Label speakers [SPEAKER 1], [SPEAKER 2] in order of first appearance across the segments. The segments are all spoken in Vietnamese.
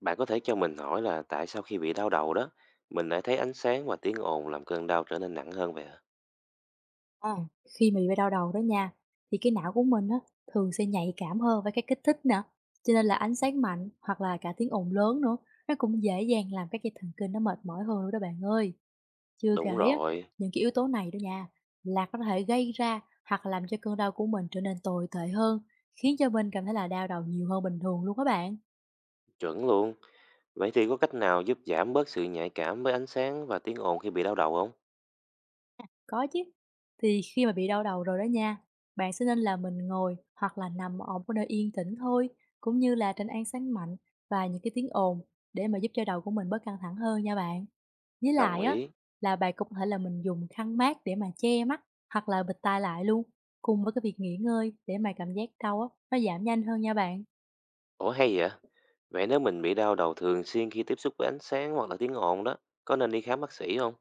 [SPEAKER 1] Bạn có thể cho mình hỏi là tại sao khi bị đau đầu đó, mình lại thấy ánh sáng và tiếng ồn làm cơn đau trở nên nặng hơn vậy hả?
[SPEAKER 2] À, khi mà bị đau đầu đó nha, thì cái não của mình á, thường sẽ nhạy cảm hơn với các kích thích nè. Cho nên là ánh sáng mạnh hoặc là cả tiếng ồn lớn nữa, nó cũng dễ dàng làm các dây thần kinh nó mệt mỏi hơn nữa đó bạn ơi. Chưa kể
[SPEAKER 1] Đúng
[SPEAKER 2] á,
[SPEAKER 1] rồi,
[SPEAKER 2] những cái yếu tố này đó nha, là có thể gây ra hoặc là làm cho cơn đau của mình trở nên tồi tệ hơn, khiến cho mình cảm thấy là đau đầu nhiều hơn bình thường luôn các bạn.
[SPEAKER 1] chuẩn luôn. Vậy thì có cách nào giúp giảm bớt sự nhạy cảm với ánh sáng và tiếng ồn khi bị đau đầu không?
[SPEAKER 2] Có chứ. Thì khi mà bị đau đầu rồi đó nha, bạn sẽ nên là mình ngồi hoặc là nằm ở một nơi yên tĩnh thôi, cũng như là tránh ánh sáng mạnh và những cái tiếng ồn để mà giúp cho đầu của mình bớt căng thẳng hơn nha bạn. Với
[SPEAKER 1] Đồng
[SPEAKER 2] lại á,
[SPEAKER 1] ý.
[SPEAKER 2] là bạn cũng có thể là mình dùng khăn mát để mà che mắt hoặc là bịt tai lại luôn, cùng với cái việc nghỉ ngơi để mà cảm giác đau á, nó giảm nhanh hơn nha bạn.
[SPEAKER 1] Ủa hay vậy? Vậy nếu mình bị đau đầu thường xuyên khi tiếp xúc với ánh sáng hoặc là tiếng ồn đó, có nên đi khám bác sĩ không?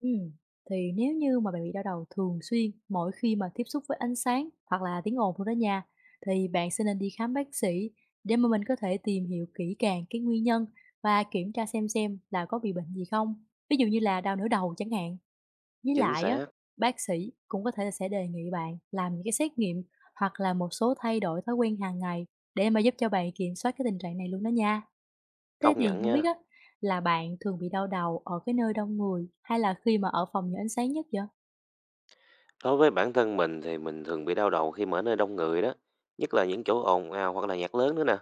[SPEAKER 2] Ừm, thì nếu như mà bạn bị đau đầu thường xuyên mỗi khi mà tiếp xúc với ánh sáng hoặc là tiếng ồn luôn đó nha, thì bạn sẽ nên đi khám bác sĩ để mà mình có thể tìm hiểu kỹ càng cái nguyên nhân và kiểm tra xem là có bị bệnh gì không. Ví dụ như là đau nửa đầu chẳng hạn. Với
[SPEAKER 1] Chính
[SPEAKER 2] lại á,
[SPEAKER 1] xác,
[SPEAKER 2] bác sĩ cũng có thể là sẽ đề nghị bạn làm những cái xét nghiệm hoặc là một số thay đổi thói quen hàng ngày để mà giúp cho bạn kiểm soát cái tình trạng này luôn đó nha. Thế
[SPEAKER 1] công
[SPEAKER 2] thì
[SPEAKER 1] nhận
[SPEAKER 2] không biết
[SPEAKER 1] nha.
[SPEAKER 2] á, là bạn thường bị đau đầu ở cái nơi đông người hay là khi mà ở phòng nhiều ánh sáng nhất vậy?
[SPEAKER 1] Đối với bản thân mình thì mình thường bị đau đầu khi mà ở nơi đông người đó, nhất là những chỗ ồn ào hoặc là nhạc lớn nữa nè.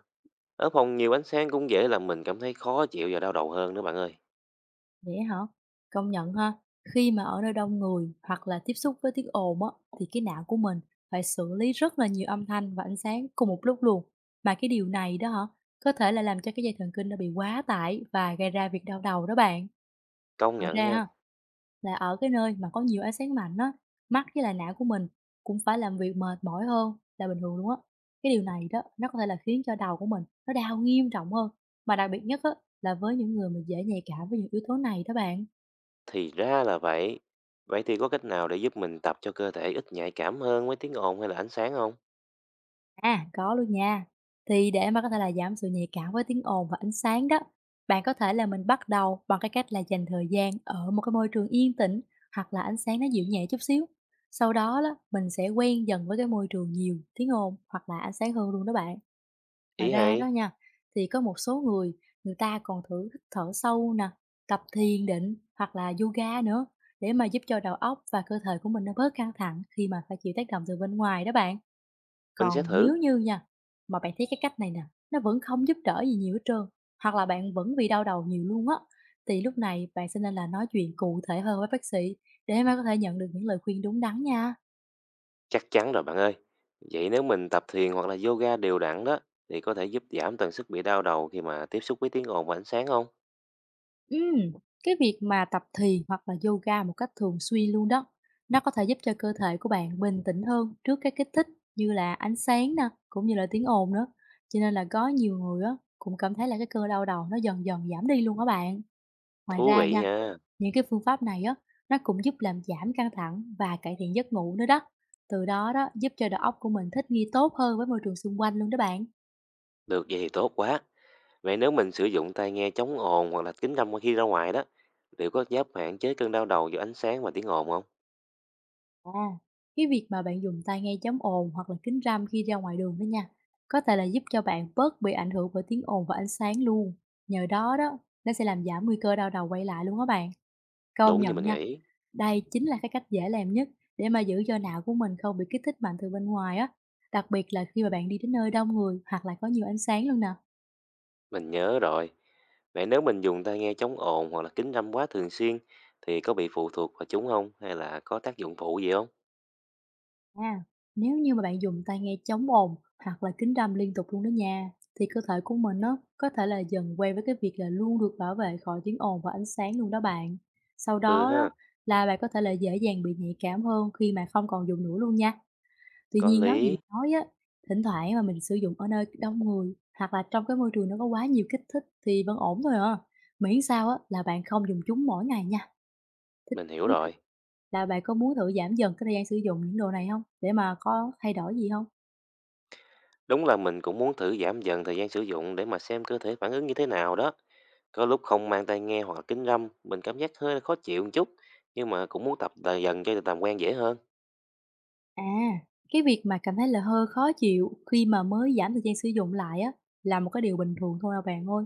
[SPEAKER 1] Ở phòng nhiều ánh sáng cũng dễ làm mình cảm thấy khó chịu và đau đầu hơn nữa bạn ơi.
[SPEAKER 2] Vậy hả? Công nhận ha, khi mà ở nơi đông người hoặc là tiếp xúc với tiếng ồn á, thì cái não của mình phải xử lý rất là nhiều âm thanh và ánh sáng cùng một lúc luôn. Mà cái điều này đó hả, có thể là làm cho cái dây thần kinh nó bị quá tải và gây ra việc đau đầu đó bạn.
[SPEAKER 1] Công
[SPEAKER 2] Ngoài
[SPEAKER 1] nhận
[SPEAKER 2] ra
[SPEAKER 1] nha.
[SPEAKER 2] ha, là ở cái nơi mà có nhiều ánh sáng mạnh á, mắt với lại não của mình cũng phải làm việc mệt mỏi hơn là bình thường luôn á. Cái điều này đó, nó có thể là khiến cho đầu của mình nó đau nghiêm trọng hơn. Mà đặc biệt nhất á, là với những người mà dễ nhạy cảm với những yếu tố này đó bạn?
[SPEAKER 1] Thì ra là vậy. Vậy thì có cách nào để giúp mình tập cho cơ thể ít nhạy cảm hơn với tiếng ồn hay là ánh sáng không?
[SPEAKER 2] À, có luôn nha. Thì để mà có thể là giảm sự nhạy cảm với tiếng ồn và ánh sáng đó, bạn có thể là mình bắt đầu bằng cái cách là dành thời gian ở một cái môi trường yên tĩnh hoặc là ánh sáng nó dịu nhẹ chút xíu. Sau đó, đó mình sẽ quen dần với cái môi trường nhiều tiếng ồn hoặc là ánh sáng hơn luôn đó bạn.
[SPEAKER 1] Ý
[SPEAKER 2] Ngoài ra
[SPEAKER 1] hay,
[SPEAKER 2] đó nha, thì có một số người, người ta còn thử hít thở sâu nè, tập thiền định hoặc là yoga nữa để mà giúp cho đầu óc và cơ thể của mình nó bớt căng thẳng khi mà phải chịu tác động từ bên ngoài đó bạn.
[SPEAKER 1] mình sẽ
[SPEAKER 2] Còn nếu
[SPEAKER 1] thử.
[SPEAKER 2] như nha, mà bạn thấy cái cách này nè, nó vẫn không giúp đỡ gì nhiều hết trơn, hoặc là bạn vẫn bị đau đầu nhiều luôn á, thì lúc này bạn sẽ nên là nói chuyện cụ thể hơn với bác sĩ để mà có thể nhận được những lời khuyên đúng đắn nha.
[SPEAKER 1] Chắc chắn rồi bạn ơi. Vậy nếu mình tập thiền hoặc là yoga đều đặn đó, thì có thể giúp giảm tần suất bị đau đầu khi mà tiếp xúc với tiếng ồn và ánh sáng không?
[SPEAKER 2] Ừm, cái việc mà tập thiền hoặc là yoga một cách thường xuyên luôn đó, nó có thể giúp cho cơ thể của bạn bình tĩnh hơn trước các kích thích như là ánh sáng nè, cũng như là tiếng ồn nữa. Cho nên là có nhiều người á cũng cảm thấy là cái cơn đau đầu nó dần dần giảm đi luôn á bạn. Ngoài
[SPEAKER 1] Thú
[SPEAKER 2] ra
[SPEAKER 1] vị
[SPEAKER 2] nha,
[SPEAKER 1] nha.
[SPEAKER 2] những cái phương pháp này á nó cũng giúp làm giảm căng thẳng và cải thiện giấc ngủ nữa đó. Từ đó đó giúp cho đầu óc của mình thích nghi tốt hơn với môi trường xung quanh luôn đó bạn.
[SPEAKER 1] Được vậy thì tốt quá. Vậy nếu mình sử dụng tai nghe chống ồn hoặc là kính râm khi ra ngoài đó, liệu có giúp hạn chế cơn đau đầu do ánh sáng và tiếng ồn không?
[SPEAKER 2] À, cái việc mà bạn dùng tai nghe chống ồn hoặc là kính râm khi ra ngoài đường đó nha, có thể là giúp cho bạn bớt bị ảnh hưởng bởi tiếng ồn và ánh sáng luôn. Nhờ đó đó, nó sẽ làm giảm nguy cơ đau đầu quay lại luôn á bạn. Công
[SPEAKER 1] Đúng như
[SPEAKER 2] nhận
[SPEAKER 1] mình
[SPEAKER 2] nha,
[SPEAKER 1] nghĩ,
[SPEAKER 2] đây chính là cái cách dễ làm nhất để mà giữ cho não của mình không bị kích thích mạnh từ bên ngoài á. Đặc biệt là khi mà bạn đi đến nơi đông người hoặc là có nhiều ánh sáng luôn nè.
[SPEAKER 1] mình nhớ rồi. Vậy nếu mình dùng tai nghe chống ồn hoặc là kính râm quá thường xuyên thì có bị phụ thuộc vào chúng không hay là có tác dụng phụ gì không?
[SPEAKER 2] À, nếu như mà bạn dùng tai nghe chống ồn hoặc là kính râm liên tục luôn đó nha, thì cơ thể của mình nó có thể là dần quen với cái việc là luôn được bảo vệ khỏi tiếng ồn và ánh sáng luôn đó bạn. Sau
[SPEAKER 1] Ừ
[SPEAKER 2] đó đó,
[SPEAKER 1] ha,
[SPEAKER 2] là bạn có thể là dễ dàng bị nhạy cảm hơn khi mà không còn dùng nữa luôn nha. Tuy
[SPEAKER 1] có
[SPEAKER 2] nhiên nói gì
[SPEAKER 1] lý,
[SPEAKER 2] nói á, thỉnh thoảng mà mình sử dụng ở nơi đông người hoặc là trong cái môi trường nó có quá nhiều kích thích thì vẫn ổn thôi à, miễn sao á là bạn không dùng chúng mỗi ngày nha. Thế
[SPEAKER 1] mình
[SPEAKER 2] hông
[SPEAKER 1] hiểu
[SPEAKER 2] biết
[SPEAKER 1] rồi.
[SPEAKER 2] là bạn có muốn thử giảm dần cái thời gian sử dụng những đồ này không, để mà có thay đổi gì không?
[SPEAKER 1] Đúng là mình cũng muốn thử giảm dần thời gian sử dụng để mà xem cơ thể phản ứng như thế nào đó. Có lúc không mang tai nghe hoặc là kính râm, mình cảm giác hơi khó chịu một chút, nhưng mà cũng muốn tập dần dần cho tầm quen dễ hơn.
[SPEAKER 2] À, cái việc mà cảm thấy là hơi khó chịu khi mà mới giảm thời gian sử dụng lại á, là một cái điều bình thường thôi à bạn ơi.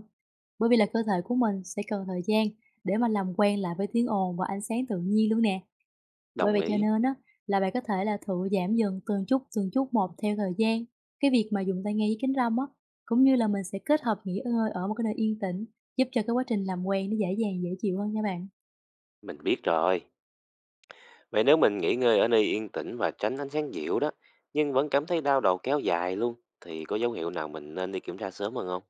[SPEAKER 2] Bởi vì là cơ thể của mình sẽ cần thời gian để mà làm quen lại với tiếng ồn và ánh sáng tự nhiên luôn nè. Bởi
[SPEAKER 1] Đồng
[SPEAKER 2] vậy cho
[SPEAKER 1] ý,
[SPEAKER 2] nên á, là bạn có thể là thử giảm dần từng chút một theo thời gian. Cái việc mà dùng tai nghe với kính râm á, cũng như là mình sẽ kết hợp nghỉ ngơi ở một cái nơi yên tĩnh, giúp cho cái quá trình làm quen nó dễ dàng, dễ chịu hơn nha bạn.
[SPEAKER 1] mình biết rồi. Vậy nếu mình nghỉ ngơi ở nơi yên tĩnh và tránh ánh sáng dịu đó, nhưng vẫn cảm thấy đau đầu kéo dài luôn, thì có dấu hiệu nào mình nên đi kiểm tra sớm hơn không?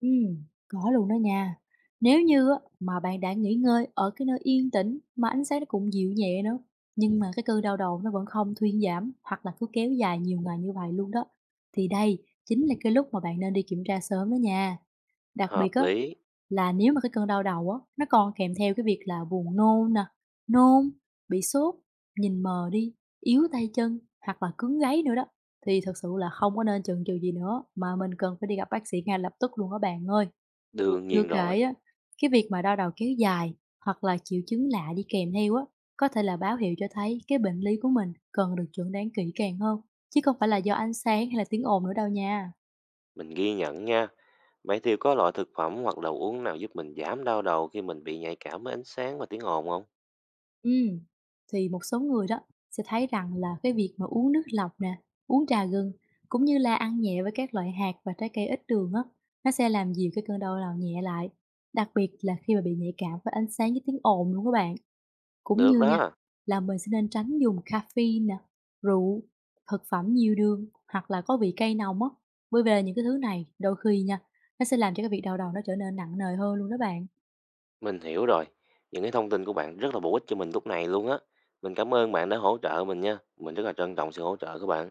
[SPEAKER 2] Có luôn đó nha. Nếu như á, mà bạn đã nghỉ ngơi ở cái nơi yên tĩnh mà ánh sáng nó cũng dịu nhẹ nữa, nhưng mà cái cơn đau đầu nó vẫn không thuyên giảm hoặc là cứ kéo dài nhiều ngày như vậy luôn đó, thì đây chính là cái lúc mà bạn nên đi kiểm tra sớm đó nha. Đặc biệt
[SPEAKER 1] Hợp
[SPEAKER 2] á,
[SPEAKER 1] lý,
[SPEAKER 2] là nếu mà cái cơn đau đầu á, nó còn kèm theo cái việc là buồn nôn nè, nôn, bị sốt, nhìn mờ đi, yếu tay chân hoặc là cứng gáy nữa đó, thì thật sự là không có nên chần chừ gì nữa mà mình cần phải đi gặp bác sĩ ngay lập tức luôn á bạn ơi.
[SPEAKER 1] đương
[SPEAKER 2] Chưa
[SPEAKER 1] nhiên
[SPEAKER 2] kể
[SPEAKER 1] rồi.
[SPEAKER 2] á, cái việc mà đau đầu kéo dài hoặc là triệu chứng lạ đi kèm theo á, có thể là báo hiệu cho thấy cái bệnh lý của mình cần được chẩn đoán kỹ càng hơn, chứ không phải là do ánh sáng hay là tiếng ồn nữa đâu nha.
[SPEAKER 1] Mình ghi nhận nha. Vậy thì có loại thực phẩm hoặc đồ uống nào giúp mình giảm đau đầu khi mình bị nhạy cảm với ánh sáng và tiếng ồn không?
[SPEAKER 2] Ừ, thì một số người đó sẽ thấy rằng là cái việc mà uống nước lọc nè, uống trà gừng cũng như là ăn nhẹ với các loại hạt và trái cây ít đường á, nó sẽ làm dịu cái cơn đau đầu nhẹ lại. Đặc biệt là khi mà bị nhạy cảm với ánh sáng với tiếng ồn luôn các bạn. Cũng
[SPEAKER 1] Được
[SPEAKER 2] như nha,
[SPEAKER 1] đó,
[SPEAKER 2] là mình sẽ nên tránh dùng caffeine nè, rượu, thực phẩm nhiều đường hoặc là có vị cay nồng á. Bởi vì là những cái thứ này đôi khi nha, nó sẽ làm cho cái việc đau đầu nó trở nên nặng nề hơn luôn đó bạn.
[SPEAKER 1] mình hiểu rồi. Những cái thông tin của bạn rất là bổ ích cho mình lúc này luôn á. Mình cảm ơn bạn đã hỗ trợ mình nha. Mình rất là trân trọng sự hỗ trợ của bạn.